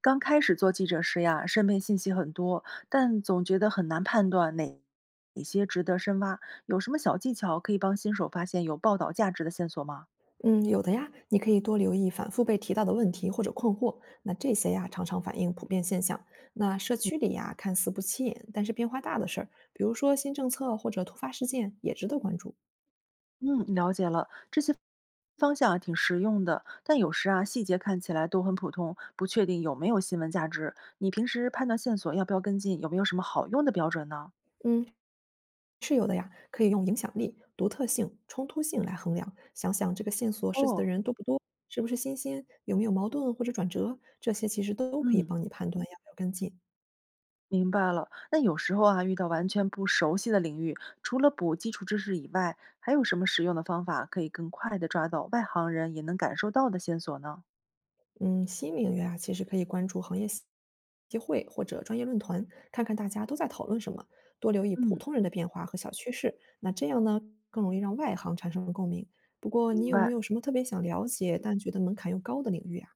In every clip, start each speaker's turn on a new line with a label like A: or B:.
A: 刚开始做记者时呀，身边信息很多，但总觉得很难判断哪些值得深挖。有什么小技巧可以帮新手发现有报道价值的线索吗？
B: 嗯，有的呀，你可以多留意反复被提到的问题或者困惑，那这些呀常常反映普遍现象。那社区里呀看似不起眼，但是变化大的事儿，比如说新政策或者突发事件，也值得关注。
A: 嗯，了解了，这些方向啊挺实用的，但有时啊细节看起来都很普通，不确定有没有新闻价值。你平时判断线索要不要跟进，有没有什么好用的标准呢？
B: 嗯，是有的呀，可以用影响力、独特性、冲突性来衡量，想想这个线索涉及的
A: 哦，
B: 人多不多，是不是新鲜，有没有矛盾或者转折，这些其实都可以
A: 嗯。
B: 帮你判断要不要跟进。
A: 明白了。那有时候啊，遇到完全不熟悉的领域，除了补基础知识以外，还有什么实用的方法可以更快地抓到外行人也能感受到的线索呢？
B: 嗯，新领域啊，其实可以关注行业协会或者专业论坛，看看大家都在讨论什么，多留意普
A: 嗯，
B: 通人的变化和小趋势。那这样呢，更容易让外行产生共鸣。不过，你
A: 明
B: 有没
A: 白。
B: 有什么特别想了解但觉得门槛又高的领域啊？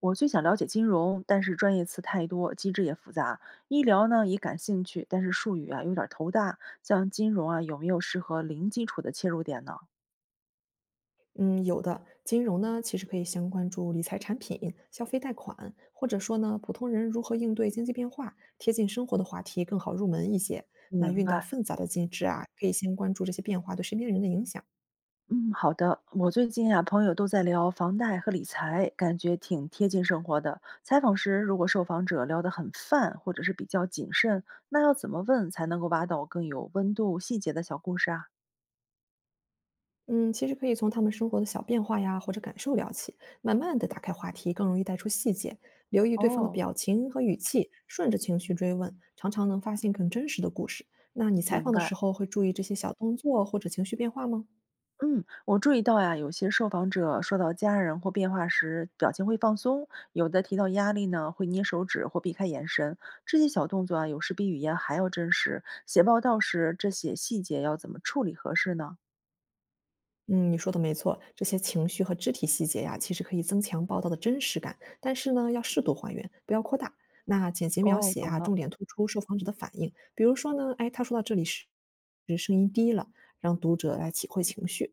A: 我最想了解金融，但是专业词太多，机制也复杂。医疗呢也感兴趣，但是术语啊有点儿头大。像金融啊，有没有适合零基础的切入点呢？
B: 嗯，有的，金融呢，其实可以先关注理财产品、消费贷款，或者说呢，普通人如何应对经济变化，贴近生活的话题更好入门一些。
A: 明
B: 那运到
A: 白。
B: 纷杂的金枝啊，可以先关注这些变化对身边人的影响。
A: 嗯，好的。我最近啊，朋友都在聊房贷和理财，感觉挺贴近生活的。采访时，如果受访者聊得很泛，或者是比较谨慎，那要怎么问才能够挖到更有温度、细节的小故事啊？
B: 嗯，其实可以从他们生活的小变化呀，或者感受聊起，慢慢的打开话题，更容易带出细节。留意对方的
A: 哦，
B: 表情和语气，顺着情绪追问，常常能发现更真实的故事。那你采
A: 明
B: 访的
A: 白。
B: 时候会注意这些小动作或者情绪变化吗？
A: 嗯，我注意到呀，有些受访者说到家人或变化时，表情会放松；有的提到压力呢，会捏手指或避开眼神。这些小动作啊，有时比语言还要真实。写报道时，这些细节要怎么处理合适呢？
B: 嗯，你说的没错，这些情绪和肢体细节呀，其实可以增强报道的真实感，但是呢，要适度还原，不要扩大。那简洁描
A: 哦，
B: 写
A: 懂
B: 啊，
A: 了。
B: 重点突出受访者的反应，比如说呢，哎，他说到这里时，声音低了，让读者来体会情绪。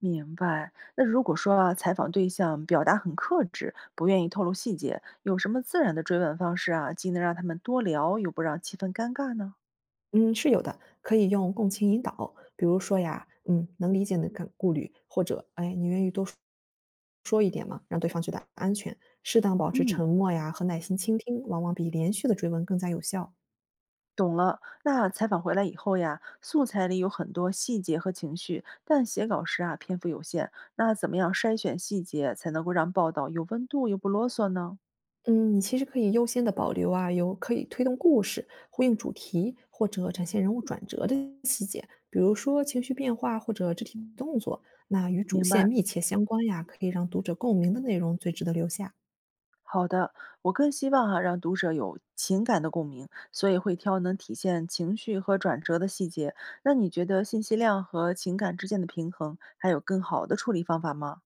A: 明白。那如果说啊，采访对象表达很克制，不愿意透露细节，有什么自然的追问方式啊，既能让他们多聊，又不让气氛尴尬呢？
B: 嗯，是有的，可以用共情引导，比如说呀，嗯，能理解你的感顾虑，或者，哎，你愿意多说一点吗？让对方觉得安全。适当保持
A: 嗯，
B: 沉默呀和耐心倾听，往往比连续的追问更加有效。
A: 懂了。那采访回来以后呀，素材里有很多细节和情绪，但写稿时啊，篇幅有限，那怎么样筛选细节才能够让报道有温度又不啰嗦呢？
B: 嗯，你其实可以优先的保留啊，有可以推动故事、呼应主题或者展现人物转折的细节，比如说情绪变化或者肢体动作，那与主
A: 明
B: 线
A: 白。
B: 密切相关呀，可以让读者共鸣的内容最值得留下。
A: 好的，我更希望哈让读者有情感的共鸣，所以会挑能体现情绪和转折的细节。那你觉得信息量和情感之间的平衡，还有更好的处理方法吗？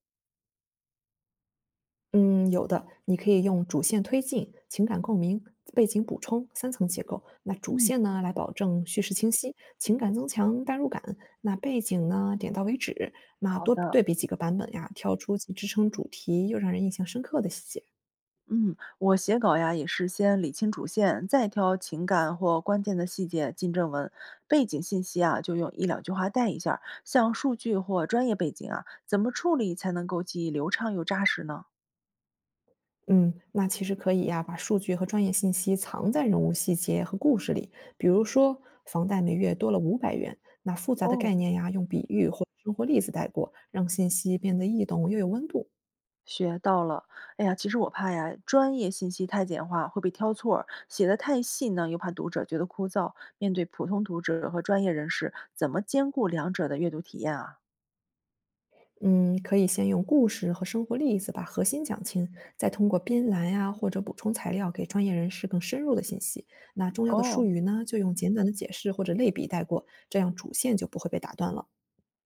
B: 嗯，有的，你可以用主线推进、情感共鸣、背景补充三层结构。那主
A: 嗯，
B: 线呢，来保证叙事清晰，情感增强代入感；那背景呢，点到为止。那
A: 好
B: 多
A: 的。
B: 对比几个版本呀，挑出既支撑主题又让人印象深刻的细节。
A: 嗯，我写稿呀也是先理清主线，再挑情感或关键的细节进正文，背景信息啊就用一两句话带一下儿像数据或专业背景啊，怎么处理才能够既流畅又扎实呢？
B: 嗯，那其实可以呀，把数据和专业信息藏在人物细节和故事里。比如说，房贷每月多了500元，那复杂的概
A: 哦，
B: 念呀，用比喻或生活例子带过，让信息变得易懂又有温度。
A: 学到了，哎呀，其实我怕呀，专业信息太简化会被挑错儿，写的太细呢，又怕读者觉得枯燥。面对普通读者和专业人士，怎么兼顾两者的阅读体验啊？
B: 嗯，可以先用故事和生活例子把核心讲清，再通过编栏呀、或者补充材料给专业人士更深入的信息。那重要的术
A: 哦，
B: 语呢，就用简短的解释或者类比带过，这样主线就不会被打断了。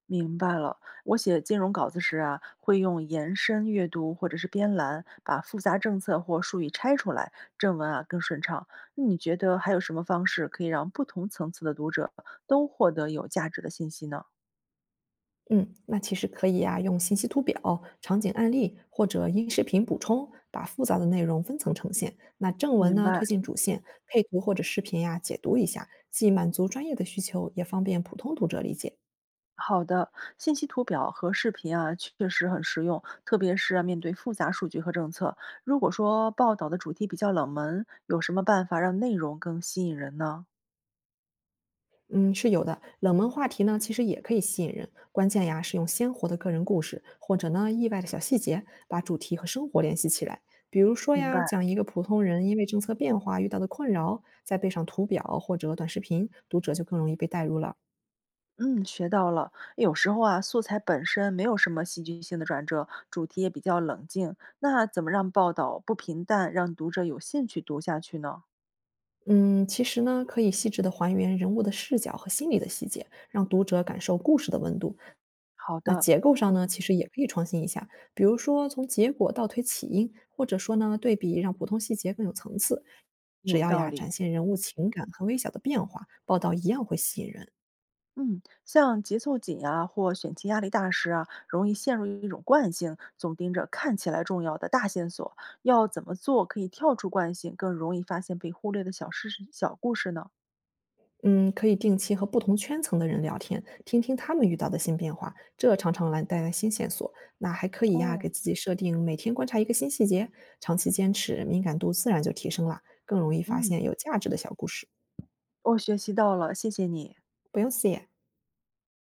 A: 明白了。我写金融稿子时啊，会用延伸阅读或者是编栏，把复杂政策或术语拆出来，正文啊更顺畅。那你觉得还有什么方式可以让不同层次的读者都获得有价值的信息呢？
B: 嗯，那其实可以呀、用信息图表、场景案例或者音视频补充，把复杂的内容分层呈现。那正文
A: 明
B: 呢，
A: 白。
B: 推进主线，配图或者视频呀、解读一下，既满足专业的需求，也方便普通读者理解。
A: 好的，信息图表和视频啊，确实很实用，特别是啊面对复杂数据和政策。如果说报道的主题比较冷门，有什么办法让内容更吸引人呢？
B: 嗯，是有的。冷门话题呢，其实也可以吸引人。关键呀，是用鲜活的个人故事，或者呢意外的小细节，把主题和生活联系起来。比如说
A: 明
B: 呀，
A: 白，
B: 讲一个普通人因为政策变化遇到的困扰，再配上图表或者短视频，读者就更容易被带入了。
A: 嗯，学到了。有时候啊，素材本身没有什么戏剧性的转折，主题也比较冷静，那怎么让报道不平淡，让读者有兴趣读下去呢？
B: 嗯，其实呢，可以细致的还原人物的视角和心理的细节，让读者感受故事的温度。
A: 好
B: 那
A: 的，
B: 结构上呢，其实也可以创新一下，比如说从结果倒推起因，或者说呢对比，让普通细节更有层次。只
A: 有
B: 要
A: 道
B: 呀
A: 理。
B: 展现人物情感和微小的变化，报道一样会吸引人。
A: 嗯，像节奏紧啊或选题压力大时啊，容易陷入一种惯性，总盯着看起来重要的大线索。要怎么做可以跳出惯性，更容易发现被忽略的小事、小故事呢？
B: 嗯，可以定期和不同圈层的人聊天，听听他们遇到的新变化，这常常来带来新线索。那还可以呀，给
A: 哦，
B: 自己设定每天观察一个新细节，长期坚持，敏感度自然就提升了，更容易发
A: 嗯，
B: 现有价值的小故事。
A: 我学习到了，谢谢你。
B: 不用谢。